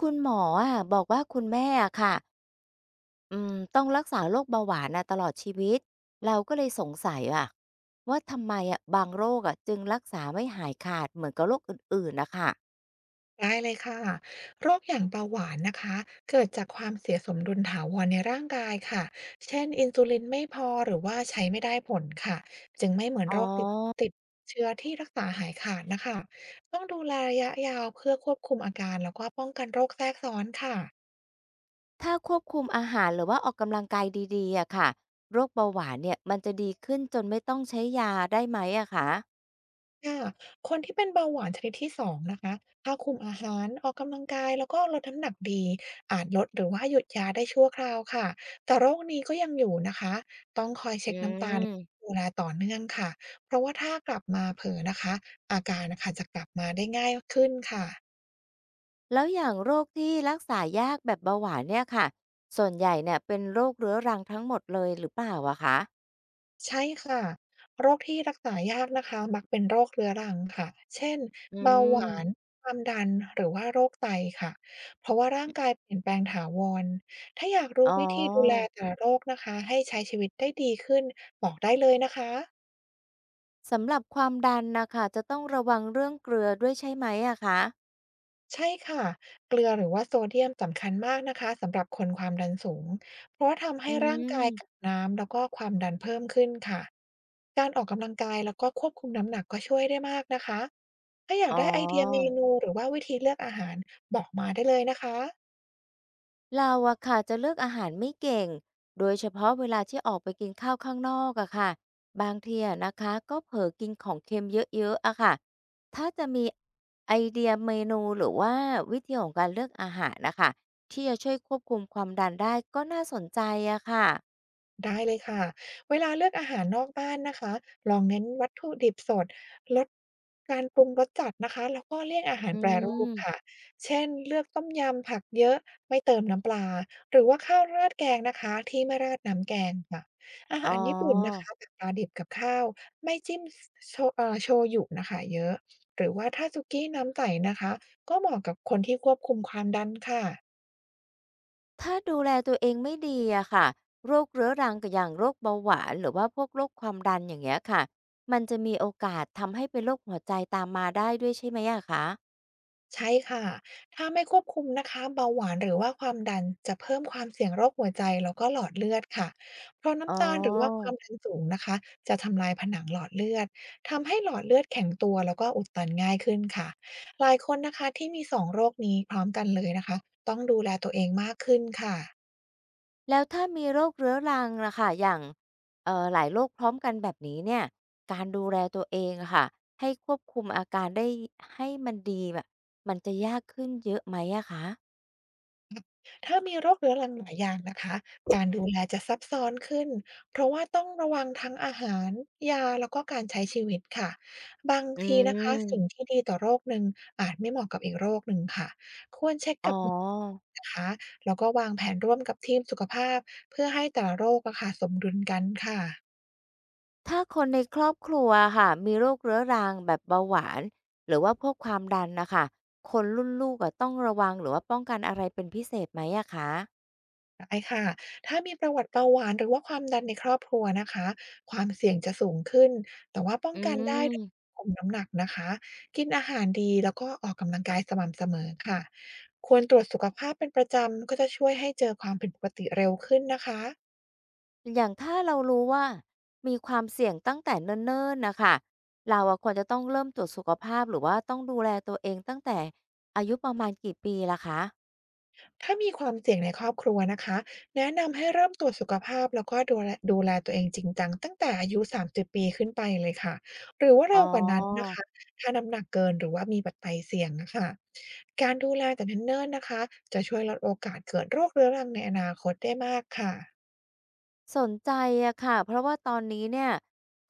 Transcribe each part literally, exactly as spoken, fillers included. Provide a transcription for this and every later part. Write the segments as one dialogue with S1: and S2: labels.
S1: คุณหมออะบอกว่าคุณแม่อะค่ะอืมต้องรักษาโรคเบาหวานน่ะตลอดชีวิต เราก็เลยสงสัยอะว่าทำไมอะบางโรคอ่ะจึงรักษาไม่หายขาดเหมือนกับโรคอื่นๆนะคะ
S2: ได้เลยค่ะโรคอย่างเบาหวานนะคะเกิดจากความเสียสมดุลถาวรในร่างกายค่ะเช่นอินซูลินไม่พอหรือว่าใช้ไม่ได้ผลค่ะจึงไม่เหมือน
S1: อ๋อ
S2: โรคติดติดเชื้อที่รักษาหายขาดนะคะต้องดูแลระยะยาวเพื่อควบคุมอาการแล้วก็ป้องกันโรคแทรกซ้อนค่ะ
S1: ถ้าควบคุมอาหารหรือว่าออกกำลังกายดีๆอะค่ะโรคเบาหวานเนี่ยมันจะดีขึ้นจนไม่ต้องใช้ยาได้ไหมอะคะ
S2: ค่ะคนที่เป็นเบาหวานชนิดที่สองนะคะถ้าคุมอาหารออกกำลังกายแล้วก็ลดน้ำหนักดีอาจลดหรือว่าหยุดยาได้ชั่วคราวค่ะ แต่โรคนี้ก็ยังอยู่นะคะต้องคอย
S1: อื
S2: เช็คน้ำตาล
S1: ม
S2: ดูแลต่อเนื่องค่ะ เพราะว่าถ้ากลับมาเผลอนะคะอาการน่ะค่ะจะกลับมาได้ง่ายขึ้นค่ะ
S1: แล้วอย่างโรคที่รักษายากแบบเบาหวานเนี่ยค่ะส่วนใหญ่เนี่ยเป็นโรคเรื้อรังทั้งหมดเลยหรือเปล่าอะคะ
S2: ใช่ค่ะโรคที่รักษายากนะคะมักเป็นโรคเรื้อรังค่ะเช่น
S1: อื
S2: เบาหวาน
S1: ม
S2: ความดันหรือว่าโรคไตค่ะเพราะว่าร่างกายเปลี่ยนแปลงถาวรถ้าอยากรู้
S1: อ๋
S2: วิธีดูแล
S1: อ
S2: แต่ละโรคนะคะให้ใช้ชีวิตได้ดีขึ้นบอกได้เลยนะคะ
S1: สำหรับความดันนะค่ะจะต้องระวังเรื่องเกลือด้วยใช่ไหมอะคะ
S2: ใช่ค่ะเกลือหรือว่าโซเดียมสำคัญมากนะคะสำหรับคนความดันสูง เพราะว่าทำ
S1: อื
S2: ให้ร่างกายกัก
S1: ม
S2: น้ำแล้วก็ความดันเพิ่มขึ้นค่ะการออกกำลังกายแล้วก็ควบคุมน้ำหนักก็ช่วยได้มากนะคะถ้าอยา
S1: อ๋
S2: กได้ไอเดียเม
S1: อ
S2: นูหรือว่าวิธีเลือกอาหารบอกมาได้เลยนะคะ
S1: เราอะค่ะจะเลือกอาหารไม่เก่งโดยเฉพาะเวลาที่ออกไปกินข้าวข้างนอกอะค่ะบางทีอะนะคะก็เผลอกินของเค็มเยอะๆอะค่ะถ้าจะมีไอเดียเมนูหรือว่าวิธีของการเลือกอาหารนะคะที่จะช่วยควบคุมความดันได้ก็น่าสนใจอะค่ะ
S2: ได้เลยค่ะเวลาเลือกอาหารนอกบ้านนะคะลองเน้นวัตถุดิบสดลดการปรุงรสจัดนะคะแล้วก็เลี่ยงอาหา
S1: อื
S2: รแปรรูปค่ะ
S1: ม
S2: เช่นเลือกต้มยำผักเยอะไม่เติมน้ำปลาหรือว่าข้าวราดแกงนะคะที่ไม่ราดน้ำแกงค่ะอา
S1: อ๋อ
S2: หารญี่ปุ่นนะคะแบบปลาดิบกับข้าวไม่จิ้มโชเอ่อโชยุนะคะเยอะหรือว่าถ้าซุกี้น้ำใสนะคะก็เหมาะกับคนที่ควบคุมความดันค่ะ
S1: ถ้าดูแลตัวเองไม่ดีอะค่ะโรคเรื้อรังกบอย่างโรคเบาหวานหรือว่าพวกโรคความดันอย่างเงี้ยค่ะมันจะมีโอกาสทำให้เป็นโรคหัวใจตามมาได้ด้วยใช่ไหมอะคะ
S2: ใช่ค่ะถ้าไม่ควบคุมนะคะเบาหวานหรือว่าความดันจะเพิ่มความเสี่ยงโรคหัวใจแล้วก็หลอดเลือดค่ะเพราะ
S1: อ๋
S2: น้ำตาลหรือว่าค
S1: อ
S2: วามดันสูงนะคะจะทำลายผนังหลอดเลือดทำให้หลอดเลือดแข็งตัวแล้วก็อุดตันง่ายขึ้นค่ะหลายคนนะคะที่มีสองโรคนี้พร้อมกันเลยนะคะต้องดูแลตัวเองมากขึ้นค่ะ
S1: แล้วถ้ามีโรคเรื้อรังละค่ะอย่างเอ่อหลายโรคพร้อมกันแบบนี้เนี่ยการดูแลตัวเองอะค่ะให้ควบคุมอาการได้ให้มันดีแบบมันจะยากขึ้นเยอะไหมอะคะ
S2: ถ้ามีโรคเรื้อรังหลายอย่างนะคะการดูแลจะซับซ้อนขึ้น เพราะว่าต้องระวังทั้งอาหารยาแล้วก็การใช้ชีวิตค่ะบาง
S1: อื
S2: ที
S1: ม
S2: นะคะสิ่งที่ดีต่อโรคหนึ่งอาจไม่เหมาะกับอีกโรคหนึ่งค่ะควรเช็ค
S1: อ๋อ
S2: กับหมอนะคะแล้วก็วางแผนร่วมกับทีมสุขภาพเพื่อให้แต่ละโรคอะค่ะสมดุลกันค่ะ
S1: ถ้าคนในครอบครัวค่ะมีโรคเรื้อรังแบบเบาหวานหรือว่าพวกความดันนะคะคนรุ่นลูกอะต้องระวังหรือว่าป้องกันอะไรเป็นพิเศษไหมอะคะ
S2: ได้ค่ะ ถ้ามีประวัติเบาหวานหรือว่าความดันในครอบครัวนะคะ ความเสี่ยงจะสูงขึ้น แต่ว่าป้อง
S1: อื
S2: กันได้ด้วยกา
S1: ม
S2: รคุมน้ำหนักนะคะ กินอาหารดีแล้วก็ออกกำลังกายสม่ำเสมอค่ะ ควรตรวจสุขภาพเป็นประจำก็จะช่วยให้เจอความผิดปกติเร็วขึ้นนะคะ
S1: อย่างถ้าเรารู้ว่ามีความเสี่ยงตั้งแต่เนิ่นๆนะคะเราอะควรจะต้องเริ่มตรวจสุขภาพหรือว่าต้องดูแลตัวเองตั้งแต่อายุประมาณกี่ปีล่ะคะ
S2: ถ้ามีความเสี่ยงในครอบครัวนะคะแนะนำให้เริ่มตรวจสุขภาพแล้วก็ดูแลดูแลตัวเองจริงจังตั้งแต่อายุ สามสิบ ปีขึ้นไปเลยค่ะหรือว่า
S1: อ๋อ
S2: เร็วกว่านั้นนะคะถ้าน้ำหนักเกินหรือว่ามีปัจจัยเสี่ยงนะค่ะการดูแลแต่เนิ่นๆนะคะจะช่วยลดโอกาสเกิดโรคเรื้อรังในอนาคตได้มากค่ะ
S1: สนใจอะค่ะเพราะว่าตอนนี้เนี่ย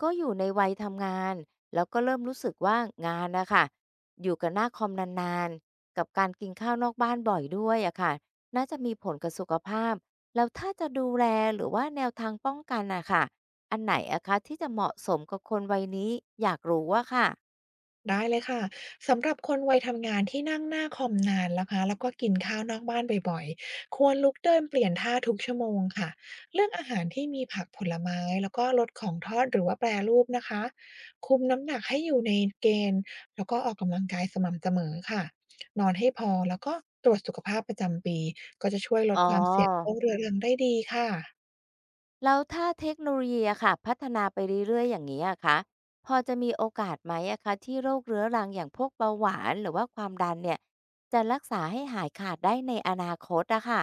S1: ก็อยู่ในวัยทำงานแล้วก็เริ่มรู้สึกว่างานนะคะอยู่กับหน้าคอมนานๆกับการกินข้าวนอกบ้านบ่อยด้วยอะค่ะน่าจะมีผลกับสุขภาพแล้วถ้าจะดูแลหรือว่าแนวทางป้องกันนะค่ะอันไหนอะคะที่จะเหมาะสมกับคนวัยนี้อยากรู้ว่าค่ะ
S2: ได้เลยค่ะสำหรับคนวัยทำงานที่นั่งหน้าคอมนานนะคะแล้วก็กินข้าวนอกบ้านบ่อยๆควรลุกเดินเปลี่ยนท่าทุกชั่วโมงค่ะเลือกอาหารที่มีผักผลไม้แล้วก็ลดของทอดหรือว่าแปรรูปนะคะคุมน้ำหนักให้อยู่ในเกณฑ์แล้วก็ออกกำลังกายสม่ำเสมอค่ะนอนให้พอแล้วก็ตรวจสุขภาพประจำปีก็จะช่วยล
S1: อ๋อ
S2: ดความเสี่ยงโรคเรื้อรังได้ดีค่ะ
S1: แล้วถ้าเทคโนโลยีอะค่ะพัฒนาไปเรื่อยๆอย่างนี้อะคะพอจะมีโอกาสไหมอะคะที่โรคเรื้อรังอย่างพวกเบาหวานหรือว่าความดันเนี่ยจะรักษาให้หายขาดได้ในอนาคตอะค่ะ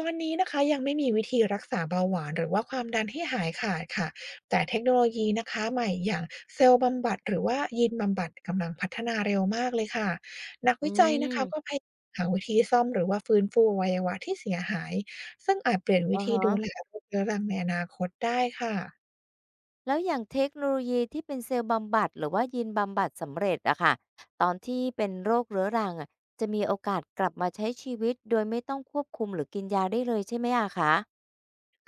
S2: ตอนนี้นะคะยังไม่มีวิธีรักษาเบาหวานหรือว่าความดันให้หายขาดค่ะแต่เทคโนโลยีนะคะใหม่อย่างเซลล์บำบัดหรือว่ายีนบำบัดกำลังพัฒนาเร็วมากเลยค่ะนัก
S1: อื
S2: วิจัยนะ
S1: ม
S2: คะก็พยายามหาวิธีซ่อมหรือว่าฟื้นฟูอวัยวะที่เสียหายซึ่งอาจเปลี่ยนวิ
S1: อะ
S2: ธี
S1: ฮะ
S2: ดูแลโรคเรื้อรังในอนาคตได้ค่ะ
S1: แล้วอย่างเทคโนโลยีที่เป็นเซลล์บำบัดหรือว่ายีนบำบัดสำเร็จอะค่ะตอนที่เป็นโรคเรื้อรังอะจะมีโอกาสกลับมาใช้ชีวิตโดยไม่ต้องควบคุมหรือกินยาได้เลยใช่ไหมอะคะ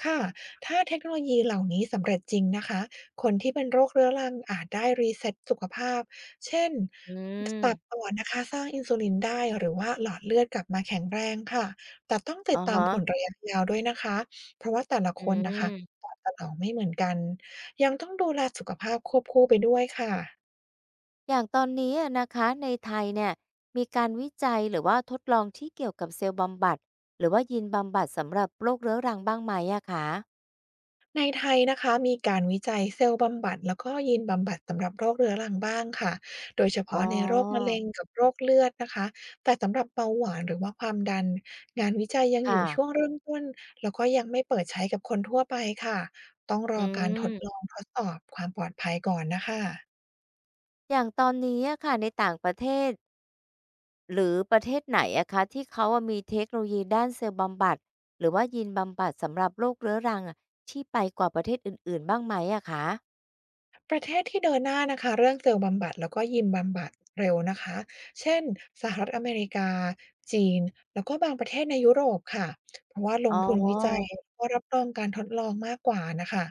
S2: ค่ะถ้าเทคโนโลยีเหล่านี้สำเร็จจริงนะคะคนที่เป็นโรคเรื้อรังอาจได้รีเซ็ตสุขภาพ เช่น
S1: อื
S2: ตับ
S1: ม
S2: อ่อนนะคะสร้างอินซูลินได้ หรือว่าหลอดเลือดกลับมาแข็งแรงค่ะแต่ต้องติด
S1: อะ
S2: ตาม
S1: ฮะ
S2: ผลระยะยาวด้วยนะคะเพราะว่าแต่ละ
S1: อื
S2: คนนะคะ
S1: ม
S2: ตอบสนองไม่เหมือนกัน ยังต้องดูแลสุขภาพควบคู่ไปด้วยค่ะ
S1: อย่างตอนนี้อะนะคะในไทยเนี่ยมีการวิจัยหรือว่าทดลองที่เกี่ยวกับเซลล์บำบัดหรือว่ายีนบำบัดสำหรับโรคเรื้อรังบ้างไหมอะคะ
S2: ในไทยนะคะมีการวิจัยเซลล์บำบัดแล้วก็ยีนบำบัดสำหรับโรคเรื้อรังบ้างค่ะโดยเฉ
S1: อ๋อ
S2: พาะในโรคมะเร็งกับโรคเลือดนะคะแต่สำหรับเบาหวานหรือว่าความดันงานวิจัยยังอ
S1: ค่ะ
S2: ยู่ช่วงเริ่มต้นแล้วก็ยังไม่เปิดใช้กับคนทั่วไปค่ะต้องร
S1: อื
S2: อการทดล
S1: ม
S2: องทดสอบความปลอดภัยก่อนนะคะ
S1: อย่างตอนนี้อะค่ะในต่างประเทศหรือประเทศไหนอะคะที่เขาอะมีเทคโนโลยีด้านเซลล์บำบัดหรือว่ายีนบำบัดสำหรับโรคเรื้อรังอะที่ไปกว่าประเทศอื่นๆบ้างไหมอะคะ
S2: ประเทศที่เดินหน้านะคะเรื่องเซลล์บำบัดแล้วก็ยีนบำบัดเร็วนะคะเช่นสหรัฐอเมริกาจีนแล้วก็บางประเทศในยุโรปค่ะเพราะว่าล
S1: อ๋
S2: ง
S1: อ
S2: ทุนวิจัยแล้วก็รับรองการทดลองมากกว่านะคะ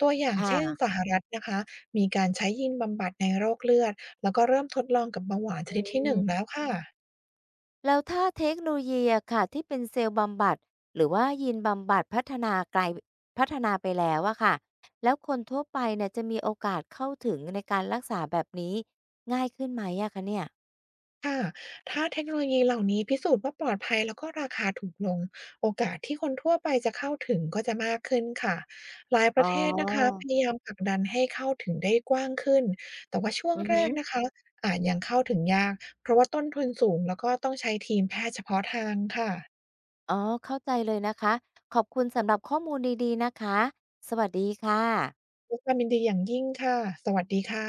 S2: ตัวอย่าง
S1: ค่ะ
S2: เช่นสหรัฐนะคะมีการใช้ยีนบำบัดในโรคเลือดแล้วก็เริ่มทดลองกับเบาหวานชนิดที่ห
S1: อื
S2: นึ่งแล้
S1: ม
S2: วค่ะ
S1: แล้วถ้าเทคโนโลยีอะค่ะที่เป็นเซลล์บำบัดหรือว่ายีนบำบัดพัฒนาไกลพัฒนาไปแล้วอะค่ะแล้วคนทั่วไปเนี่ยจะมีโอกาสเข้าถึงในการรักษาแบบนี้ง่ายขึ้นไหมอะคะเนี่ย
S2: ค่ะถ้าเทคโนโลยีเหล่านี้พิสูจน์ว่าปลอดภัยแล้วก็ราคาถูกลงโอกาสที่คนทั่วไปจะเข้าถึงก็จะมากขึ้นค่ะหลายป
S1: อ๋
S2: ระเทศนะคะ
S1: อ
S2: พยายามผลักดันให้เข้าถึงได้กว้างขึ้นแต่ว่าช่วง
S1: อือ
S2: แร
S1: ฮึ
S2: กนะคะอาจยังเข้าถึงยากเพราะว่าต้นทุนสูงแล้วก็ต้องใช้ทีมแพทย์เฉพาะทางค่ะ
S1: อ๋อเข้าใจเลยนะคะขอบคุณสำหรับข้อมูลดีๆนะคะสวัสดีค่ะ
S2: ด้วยความยินดีอย่างยิ่งค่ะสวัสดีค่ะ